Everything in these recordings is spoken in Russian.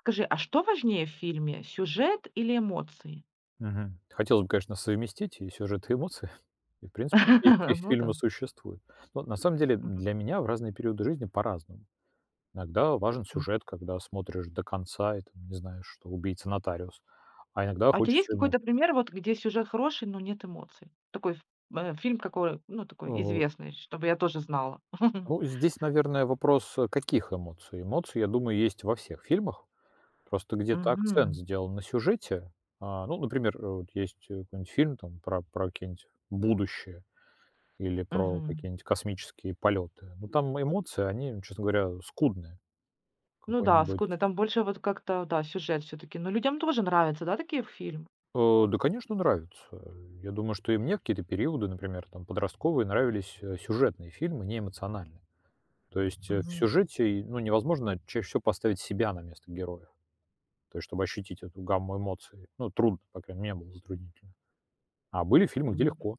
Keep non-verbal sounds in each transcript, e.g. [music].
Скажи, а что важнее в фильме: сюжет или эмоции? Мгм. Хотелось бы, конечно, совместить и сюжет, и эмоции. И, в принципе, такие фи [laughs] Ну да. фильмы существуют. Но на самом деле Мгм. для меня в разные периоды жизни по-разному. Иногда важен М. сюжет, когда смотришь до конца и там не знаешь, что убийца нотариус, а иногда А у тебя есть хочется какой-то эмоций. пример, вот где сюжет хороший, но нет эмоций? Такой ф фильм, какой, ну, такой Э, известный, чтобы я тоже знала. [laughs] ну, здесь, наверное, вопрос, каких эмоций. Эмоции, я думаю, есть во всех фильмах. Просто где-то акцент Мгм. сделан на сюжете. А, ну, например, вот есть, какой-нибудь фильм там про какие-нибудь будущее. Или про Мгм. какие-нибудь космические полеты. Ну, там эмоции, они, честно говоря, скудные. Ну да, Какой-нибудь скудно. Там больше вот как-то, да, сюжет все таки. Но людям тоже нравятся, да, такие фильмы? Да, конечно, нравится. Я думаю, что и мне в какие-то периоды, например, там, подростковые, нравились, сюжетные фильмы, не эмоциональные. То есть, в Мгм. сюжете, и, ну, невозможно чаще всего поставить себя на место героев. То есть, чтобы ощутить эту гамму эмоций. Ну, трудно, по крайней мере, мне было затруднительно. А были фильмы, где Мгм. легко,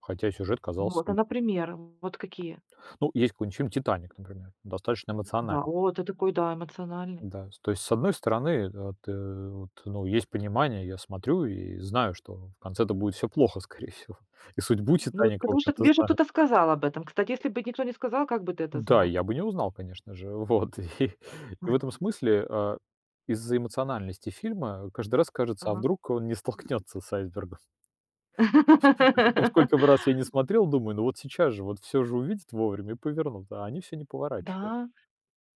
хотя сюжет казался. Вот, а, например, вот какие? Ну, есть какой-нибудь фильм "Титаник", например, достаточно эмоциональный. Да, о, ты такой, да, эмоциональный. Да, с то есть, с одной стороны, ты, вот, ну, есть понимание, я смотрю и знаю, что в конце-то будет все плохо, скорее всего. [laughs] И судьбу Ну, вот "Титаника", в потому что общем-то, тебе же знаю. кто-то сказал об этом. Кстати, если бы никто не сказал, как бы ты это Да, знал? я бы не узнал, конечно же. Вот, [laughs] и в этом смысле, из-за эмоциональности фильма каждый раз кажется: а Ага. вдруг он не столкнется с айсбергом? [laughs] Причем сколько бы раз [laughs] я не смотрел, думаю: ну, вот сейчас же, вот все же увидит вовремя и повернут, а они все не поворачивают. Да,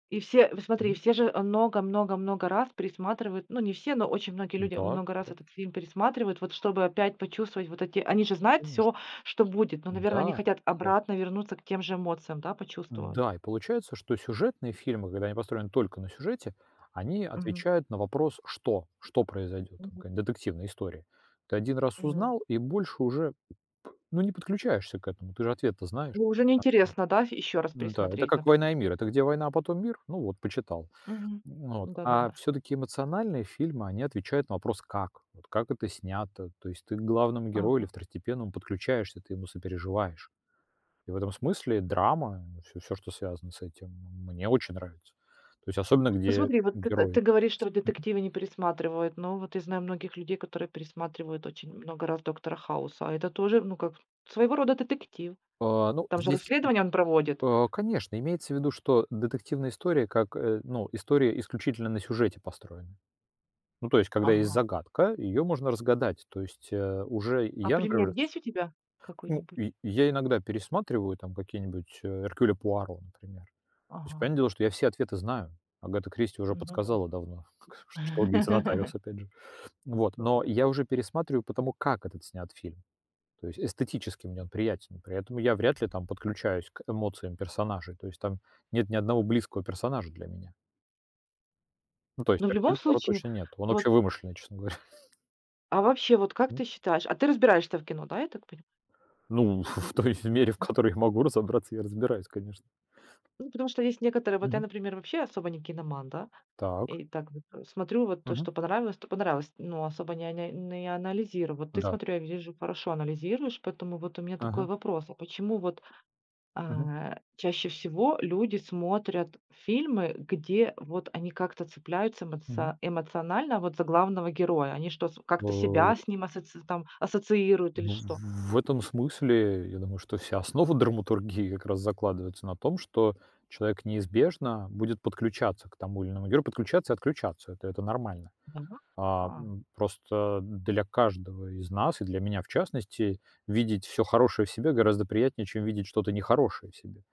и все, вот смотри, Мгм. все же много-много-много раз пересматривают, ну, не все, но очень многие люди Да, много раз да, этот фильм пересматривают, вот чтобы опять почувствовать вот эти, они же знают конечно. все, что будет, но, наверное, Да, они хотят да. обратно вернуться к тем же эмоциям, да, почувствовать. Да, и получается, что сюжетные фильмы, когда они построены только на сюжете, они Мгм. отвечают на вопрос «что?», что произойдет, там Мгм. какая-нибудь детективная история. Ты один раз Мгм. узнал, и больше уже, ну, не подключаешься к этому, ты же ответ-то знаешь. Ну, уже А, э, неинтересно, да, еще раз Да, это пересмотреть, как например? «Война и мир». Это где война, а потом мир? Ну вот, почитал. Мгм. Вот. А Да-да-да. все-таки эмоциональные фильмы, они отвечают на вопрос «как?», вот как это снято, то есть ты к главному герою или Ага. второстепенному подключаешься, ты ему сопереживаешь. И в этом смысле драма, все, все, что связано с этим, мне очень нравится. То есть особенно, Ну где смотри, вот ты герои. ты говоришь, что детективы не пересматривают, но вот я знаю многих людей, которые пересматривают очень много раз "Доктора Хауса", а это тоже, ну, как своего рода детектив. А, ну, Там же здесь, расследование он проводит. Конечно, имеется в виду, что детективная история как, ну, история исключительно на сюжете построена. Ну, то есть, когда есть Ага. загадка, ее можно разгадать. То есть, уже А я, пример например, есть у тебя ну, какой-нибудь? и я иногда пересматриваю там какие-нибудь, "Эркюля Пуаро", например. То есть, Ага. понятное дело, что я все ответы знаю. Агата Кристи уже Ну да. подсказала давно, [laughs] что убийца [laughs] нотариус, опять же. Вот, Да, но да. я уже пересматриваю потому как этот снят фильм. То есть эстетически мне он приятен. При этом я вряд ли там подключаюсь к эмоциям персонажей. То есть там нет ни одного близкого персонажа для меня. Ну, то есть Но в любом Эркюль Пуаро случае, точно нет. Он вообще вот, вымышленный, честно говоря. [laughs] а вообще, вот как М. ты считаешь, а ты разбираешься в кино, да, я так понимаю? Ну, [laughs] в той мере, в которой я могу разобраться, я разбираюсь, конечно. Ну, потому что есть некоторые, вот я, Мгм. например, вообще особо не киноман, да. Так. И так вот, смотрю, вот то, Мгм. что понравилось, то понравилось. Ну, особо не аня не анализирую. Вот ты, Да. смотрю, я вижу, хорошо анализируешь, поэтому вот у меня такой Ага. вопрос: а почему вот, Мгм. а, чаще всего люди смотрят фильмы, где вот они как-то цепляются Мгм. эмоци эмоционально вот за главного героя? Они что, с как-то себя Э. с ним асоци там ассоциируют или Ну, что? в этом смысле, я думаю, что вся основа [laughs] драматургии как раз закладывается на том, что человек неизбежно будет подключаться к тому или иному герою, подключаться и отключаться. Это нормально. Да? А, Ага. м, просто для каждого из нас, и для меня в частности, видеть все хорошее в себе гораздо приятнее, чем видеть что-то нехорошее в себе.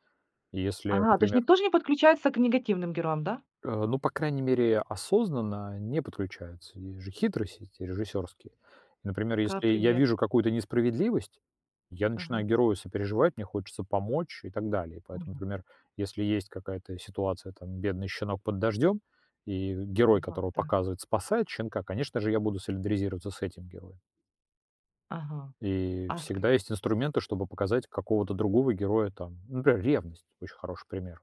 И если, Ага, то есть например. никто же не подключается к негативным героям, да? Ну, по крайней мере, осознанно не подключаются. Есть же хитрости эти режиссерские. Например, Как если я пример. вижу какую-то несправедливость, я Ага. начинаю герою сопереживать, мне хочется помочь и так далее. Поэтому, Мгм. например, если есть какая-то ситуация, там, бедный щенок под дождем, и герой, Да, которого да. показывает, спасает щенка, конечно же, я буду солидаризироваться с этим героем. Ага. И А. всегда есть инструменты, чтобы показать какого-то другого героя там. Например, ревность очень хороший пример.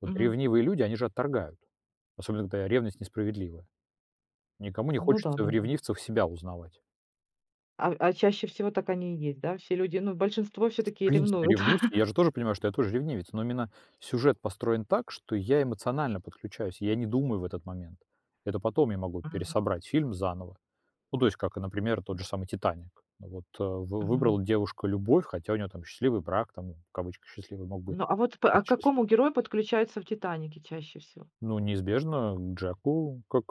Вот ревнивые люди, они же отторгают. Особенно, когда ревность несправедливая. Никому не Ну да, хочется в да, да. ревнивцах себя узнавать. А чаще всего так они и есть, да? Все люди, ну, большинство В все-таки принципе, ревнуют. ревнивцы, [laughs] я же тоже понимаю, что я тоже ревнивец, но именно сюжет построен так, что я эмоционально подключаюсь, я не думаю в этот момент. Это потом я могу Мгм. пересобрать фильм заново. Ну, то есть, как, например, тот же самый «Титаник». Вот Мгм. выбрала девушка любовь, хотя у нее там счастливый брак, там, в кавычках, счастливый мог быть. Ну, а вот п а Быть к какому счастливый. герою подключаются в "Титанике" чаще всего? Ну, неизбежно к Джеку, как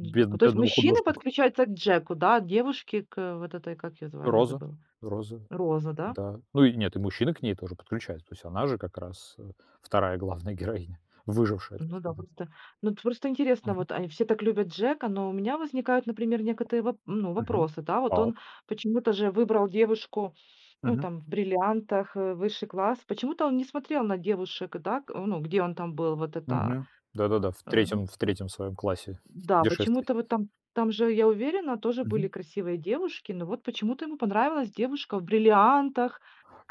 бед- То есть бедному мужчины художнику. подключаются к Джеку, да, а девушки к вот этой, как ее звали, я Роза. забыла. Роза. Роза, да? Да. Ну и нет, и мужчины к ней тоже подключаются. То есть она же как раз, 2 главная героиня, [laughs] выжившая, так Ну да, сказать. просто, ну, т просто интересно, Мгм. вот они все так любят Джека, но у меня возникают, например, некоторые воп ну, Мгм. вопросы, да. Вот Так. он почему-то же выбрал девушку, ну, Мгм. там, в "Бриллиантах", высший класс. Почему-то он не смотрел на девушек, да, к ну, где он там был, вот это, Мгм. Да-да-да, в э, третьем в третьем своем классе да, путешествий. почему-то вот там там же, я уверена, тоже были красивые девушки, но вот почему-то ему понравилась девушка в "Бриллиантах",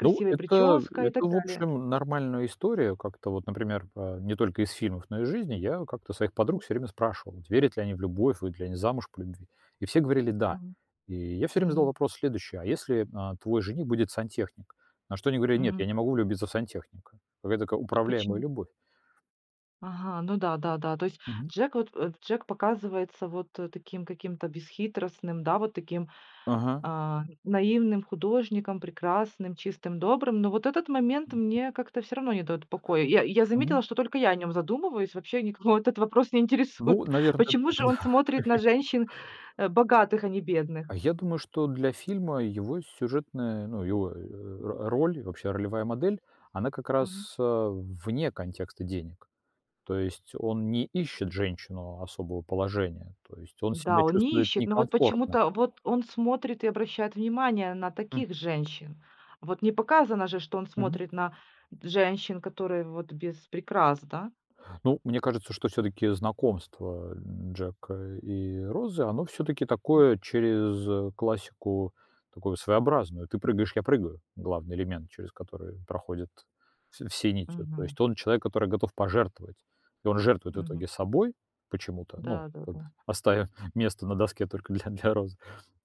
Ну, это прическа и это, так в далее. общем, нормальная история. Как-то вот, например, не только из фильмов, но и из жизни я как-то своих подруг все время спрашивал, вот верят ли они в любовь, выйдут ли они замуж по любви. И все говорили "да". Мгм, И я все время задал мгм, вопрос следующий: "А если, твой жених будет сантехник?" На что они говорили: "Нет, я мгм. не могу влюбиться в сантехника". Какая-то такая управляемая Почему? любовь. Ага, ну да, да, да. То есть Мгм. Джек вот, Джек показывается вот, таким каким-то бесхитростным, да, вот таким, Ага. а, наивным художником, прекрасным, чистым, добрым. Но вот этот момент мне как-то все равно не дает покоя. Я Мгм. заметила, что только я о нем задумываюсь, вообще никого [laughs] вот этот вопрос не интересует. Ну, [laughs] наверное. Почему же он [laughs] смотрит на женщин, богатых, а не А бедных? я думаю, что для фильма его сюжетная, ну, его, э, ро роль, вообще ролевая модель, она как раз, вне контекста денег. То есть он не ищет женщину особого положения, то есть он себя Да, он не чувствует ищет, но вот некомфортно. почему-то вот он смотрит и обращает внимание на таких женщин. Вот не показано же, что он Мгм. смотрит на женщин, которые вот без прикрас, да? Ну, мне кажется, что все-таки знакомство Джека и Розы, оно все-таки такое через классику, такую своеобразную. Ты прыгаешь, я прыгаю. Главный элемент, через который проходит все нитью. То Мгм, есть он человек, который готов пожертвовать. И он жертвует в мгм. итоге собой почему-то, ну, Да, да, как бы да. оставив [laughs] место на доске только для Розы.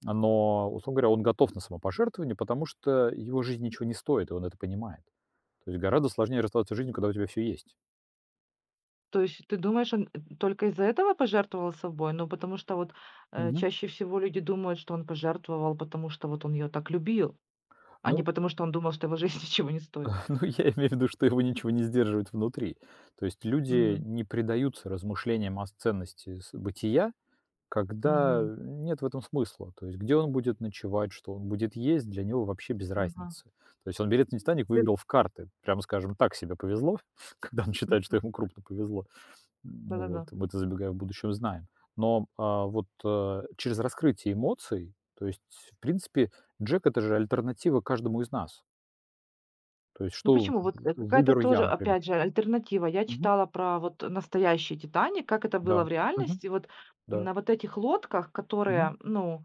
Но, условно говоря, он готов на самопожертвование, потому что его жизнь ничего не стоит, и он это понимает. То есть гораздо сложнее расставаться с жизнью, когда у тебя все есть. То есть ты думаешь, он, только из-за этого пожертвовал собой? Ну, потому что вот, Мгм. чаще всего люди думают, что он пожертвовал, потому что вот он ее так любил, а не Ну, потому, что он думал, что его жизнь [laughs] ничего не стоит. [laughs] Ну, я имею в виду, что его ничего не сдерживает внутри. То есть люди Мгм, не предаются размышлениям о ценности бытия, когда мгм, нет в этом смысла. То есть где он будет ночевать, что он будет есть, для него вообще без ага. разницы. То есть он берет на «Титаник», Ты выиграл в карты. Прямо скажем, так себе повезло, [laughs] когда он считает, что ему мгм, крупно повезло. Вот. да-да-да. Мы это, забегая в будущем, знаем. Но вот через раскрытие эмоций, то есть, в принципе, Джек— это же альтернатива каждому из нас. То есть Ну что в почему? Вот, какая-то выберу я, тоже, например. опять же, альтернатива. Я Мгм. читала про вот настоящий "Титаник", как это Да. было в Мгм. реальности. Вот Да. на вот этих лодках, Мгм. которые, ну,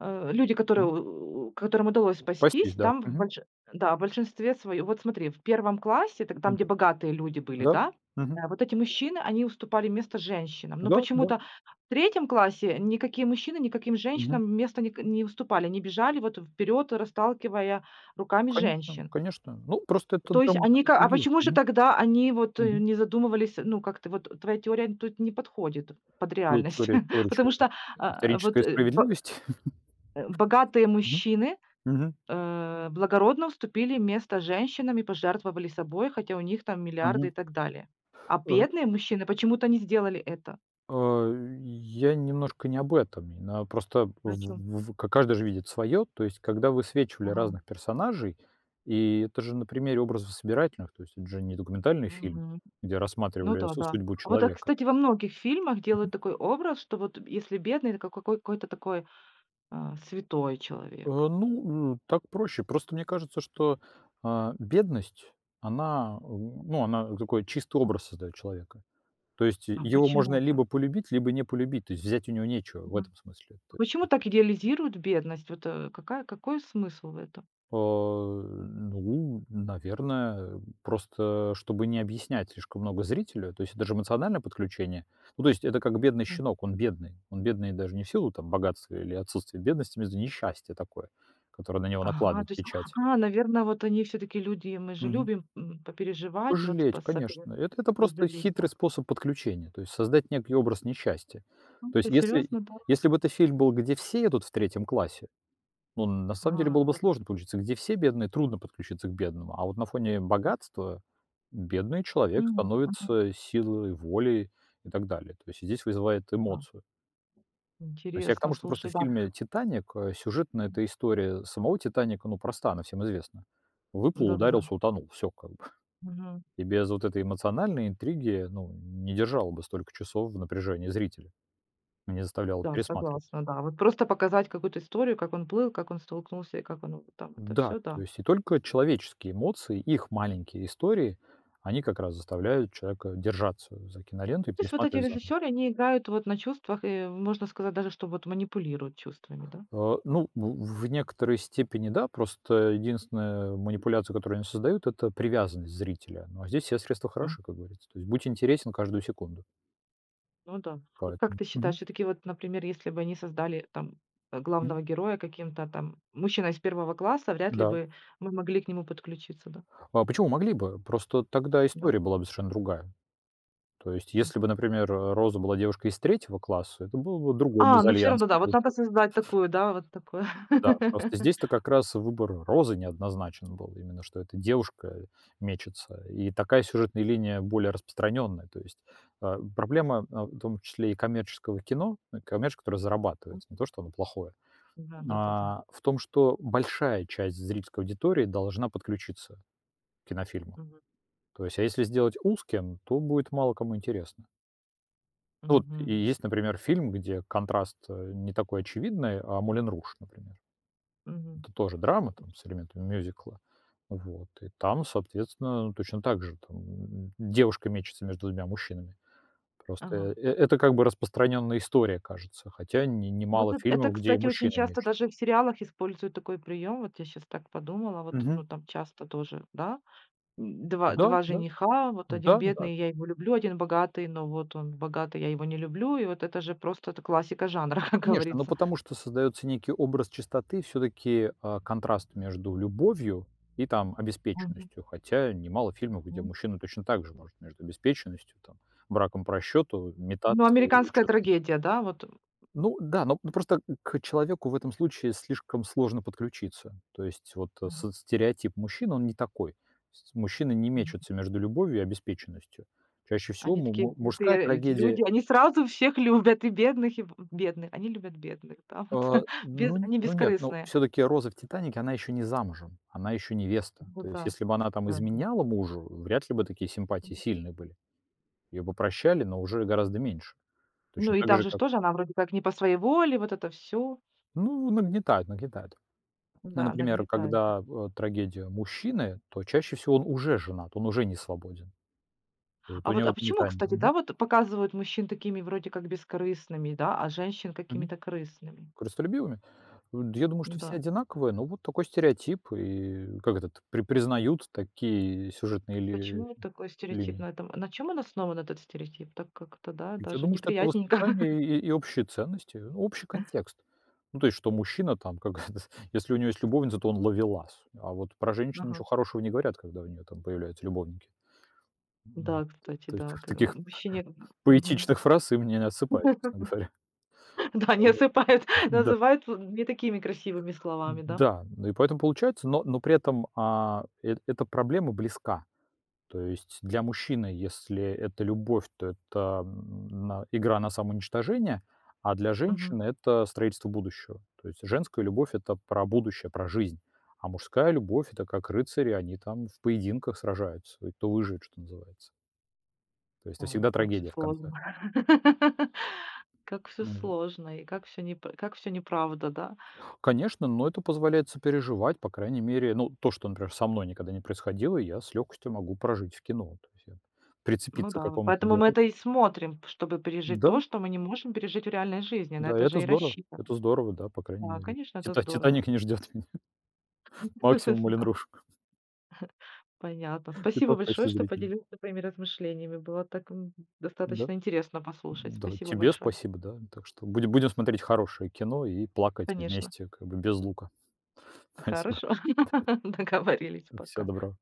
люди, которые Мгм. у которым удалось Спастись, спастись, да. там в Мгм. больш да, в большинстве своем вот смотри, в первом классе, т там, Мгм. где богатые люди были, Да. да, Мгм. Вот эти мужчины, они уступали место женщинам. Но Да, да. почему-то в третьем классе никакие мужчины никаким Мгм. женщинам места не не уступали. Они бежали вот вперед, расталкивая руками Конечно, женщин. конечно. Ну, просто это То есть они ка а драматургия. почему же Мгм. тогда они вот, Мгм. не задумывались, ну, как-то вот твоя теория тут не подходит под Ну, реальность? теория [laughs] теория Потому чего? что, Историческая а, вот, Исторической э, ба справедливости? [laughs] Богатые Мгм. мужчины, Мгм. Благородно уступили место женщинам и пожертвовали собой, хотя у них там миллиарды Ага. и так далее. А Э бедные мужчины почему-то не сделали это. я немножко не об этом. И на просто А чё? в к каждый же видит свое. То есть, когда высвечивали Ага. разных персонажей, и это же на примере образов собирательных, то есть это же не документальный фильм, Мгм. где Ну рассматривали да, су да. судьбу А. Вот, а, человека. кстати, во многих фильмах делают Мгм. такой образ, что вот если бедный, это какой какой-то такой, а, святой Э, человек. ну, э, так проще. Просто мне кажется, что, бедность, она, ну, она такой чистый образ создает человека. То есть А его можно почему-то. либо полюбить, либо не полюбить, то есть взять у него нечего в Мгм. этом смысле. Почему так идеализируют бедность? Вот, какая какой смысл в этом? Ну, наверное, просто чтобы не объяснять слишком много зрителю. То есть это же эмоциональное подключение. Ну, то есть это как бедный М. щенок, он бедный. Он бедный даже не в силу там богатства или отсутствия бедности, между несчастье такое, которое на него Ага, накладывает то есть, печать. а, наверное, вот они все-таки люди, мы же Мгм. любим, м, попереживать, вот Пожалеть, посопеть, конечно. Это просто поделить. А, хитрый способ подключения, то есть создать некий образ несчастья. То есть ну, если, серьезно, да? если бы это фильм был, где все едут в третьем классе. Ну, на самом деле Ага, было бы что. сложно получиться. Где все бедные, трудно подключиться к бедному. А вот на фоне богатства бедный человек Мгм, становится силой, волей и так далее. То есть здесь вызывает ага. эмоцию. То есть я к Интересно, тому, что просто слушай, в да. фильме «Титаник» сюжетная эта история самого «Титаника», ну, проста, она всем известна. Выплыл, Да-да-да. ударился, утонул. Все как бы. Мгм. И без вот этой эмоциональной интриги, ну, не держало бы столько часов в напряжении зрителя. Не заставляло Да, пересматривать. согласна, да. Вот просто показать какую-то историю, как он плыл, как он столкнулся и как он вот там это Да, все, то да. есть и только человеческие эмоции, их маленькие истории, они как раз заставляют человека держаться за киноленту Ну, и то есть вот эти пересматривать заново. режиссеры, они играют вот на чувствах и, можно сказать даже, что вот манипулируют чувствами, да? Ну, в некоторой степени да, просто единственная манипуляция, которую они создают, это привязанность зрителя. Ну, а здесь все средства хороши, как говорится. То есть будь интересен каждую секунду. Ну да. Вот как Поэтому. ты считаешь, Мгм. все таки вот, например, если бы они создали там, Мгм. главного героя каким-то там мужчиной из первого класса, вряд ли Да. бы мы могли к нему подключиться, да? А почему могли бы? Просто тогда Да? история была бы совершенно другая. То есть, если Мгм. бы, например, Роза была девушкой из третьего класса, это был бы другой А, ну все мезальянс. равно, да, вот надо создать такую, да, вот такое. Да, просто здесь-то [laughs] как раз выбор Розы неоднозначен был. Именно что эта девушка мечется. И такая сюжетная линия более распространенная. То есть проблема, в том числе и коммерческого кино, коммерческого, которое М, зарабатывает, не то, что оно плохое, да-да-да-да. В том, что большая часть зрительской аудитории должна подключиться к кинофильму. Мгм. То есть, а если сделать узким, то будет мало кому интересно. Ну, вот и Мгм. есть, например, фильм, где контраст не такой очевидный, а Мулен Руш, например. Мгм. Это тоже драма там с элементами мюзикла. Вот. И там, соответственно, точно так же там, девушка мечется между двумя мужчинами. Просто, Ага. Это как бы распространенная история, кажется, хотя не Ну вот немало это, фильмов, где и кстати, очень мужчины часто мечутся. даже в сериалах используют такой прием. Вот я сейчас так подумала, вот, Мгм. ну, там часто тоже, да? М, два Да, два да, жениха, вот один да, да, бедный, я его люблю, один богатый, но вот он богатый, я его не люблю. И вот это же просто это классика жанра, [laughs] ну, как конечно, но говорится. потому что создается некий образ чистоты, все-таки, контраст между любовью и там Мгм, обеспеченностью, хотя немало фильмов, где мгм. мужчина точно так же может между обеспеченностью, там, браком по расчету Ну, метаться и американская чувством. трагедия, да, вот. Ну да, но просто к человеку в этом случае слишком сложно подключиться. То есть вот Мгм, стереотип мужчин, он не такой. Мужчины не мгм. мечутся между любовью и обеспеченностью. Чаще всего Они му- такие му- мужская святые эти трагедия, люди, они сразу всех любят, и бедных, и б бедных. Они любят бедных, да, вот. э, [laughs] Без ну, они ну нет, ну бескорыстные. все-таки Роза в «Титанике», она еще не замужем, она еще невеста. Ну То есть да, если бы она там да, да. изменяла мужу, вряд ли бы такие симпатии сильные были. Ее бы прощали, но уже гораздо меньше. Ну Точно и так там же, же ж как. тоже она вроде как не по своей воле, вот это все. Ну, нагнетают, нагнетают. Ну, Да, например, нагнетает. когда, трагедия мужчины, то чаще всего он уже женат, он уже не свободен. И вот у А вот, него а это почему, метание. кстати, Мгм. да, вот показывают мужчин такими вроде как бескорыстными, да, а женщин Мгм. какими-то корыстными? Корыстолюбивыми? Я думаю, что все Да. одинаковые, но вот такой стереотип, и как этот, признают такие сюжетные Почему ли вот такой стереотип линии. на этом? На чем он основан, этот стереотип? Так как-то, да, Ведь я даже думаю, что это неприятненько. [laughs] воспитание и общие ценности, ну, общий контекст. Ну, то есть, что мужчина там, как [laughs] это, если у него есть любовница, то он ловелас, а вот про женщин ничего Ага. хорошего не говорят, когда у нее там появляются любовники. М, Да, кстати, то есть [laughs] да. в К- таких мужчине... Мгм. поэтичных фраз и мне не отсыпает, честно [laughs] говоря. Да, не осыпают, [laughs] [laughs] Да, называют вот не такими красивыми словами, да? да, ну и поэтому получается, но при этом, а, эт эта проблема близка. То есть для мужчины, если это любовь, то это, м, на игра на самоуничтожение, а для Мгм. женщины— это строительство будущего. То есть женская любовь— это про будущее, про жизнь, а мужская любовь— это как рыцари, они там в поединках сражаются, и кто выживет, что называется. То есть это Ой, всегда как все трагедия в сложно. конце. [laughs] Как все Ну вот. сложно, и как все не, как все неправда, да? Конечно, но это позволяет сопереживать, по крайней мере, ну, то, что, например, со мной никогда не происходило, я с легкостью могу прожить в кино. То есть я Ну прицепиться к да, какому-то поэтому мы герою. это и смотрим, чтобы пережить Да, то, что мы не можем пережить в реальной жизни. На да, это это же и здорово. рассчитано. Это здорово, да, по крайней Да, мере. конечно, это Тита здорово. Титаник не ждет меня. [laughs] Максимум Мулен [laughs] Да, Руж. понятно. [laughs] И то Спасибо в большое, качестве что зрителя. поделился своими размышлениями. Было так, м, Да. достаточно интересно послушать. Да, Спасибо тебе большое. спасибо, да. Так что будем смотреть хорошее кино и плакать Конечно. вместе, как бы без лука. [laughs] Спасибо. Хорошо. [laughs] Договорились. Всего Пока. доброго.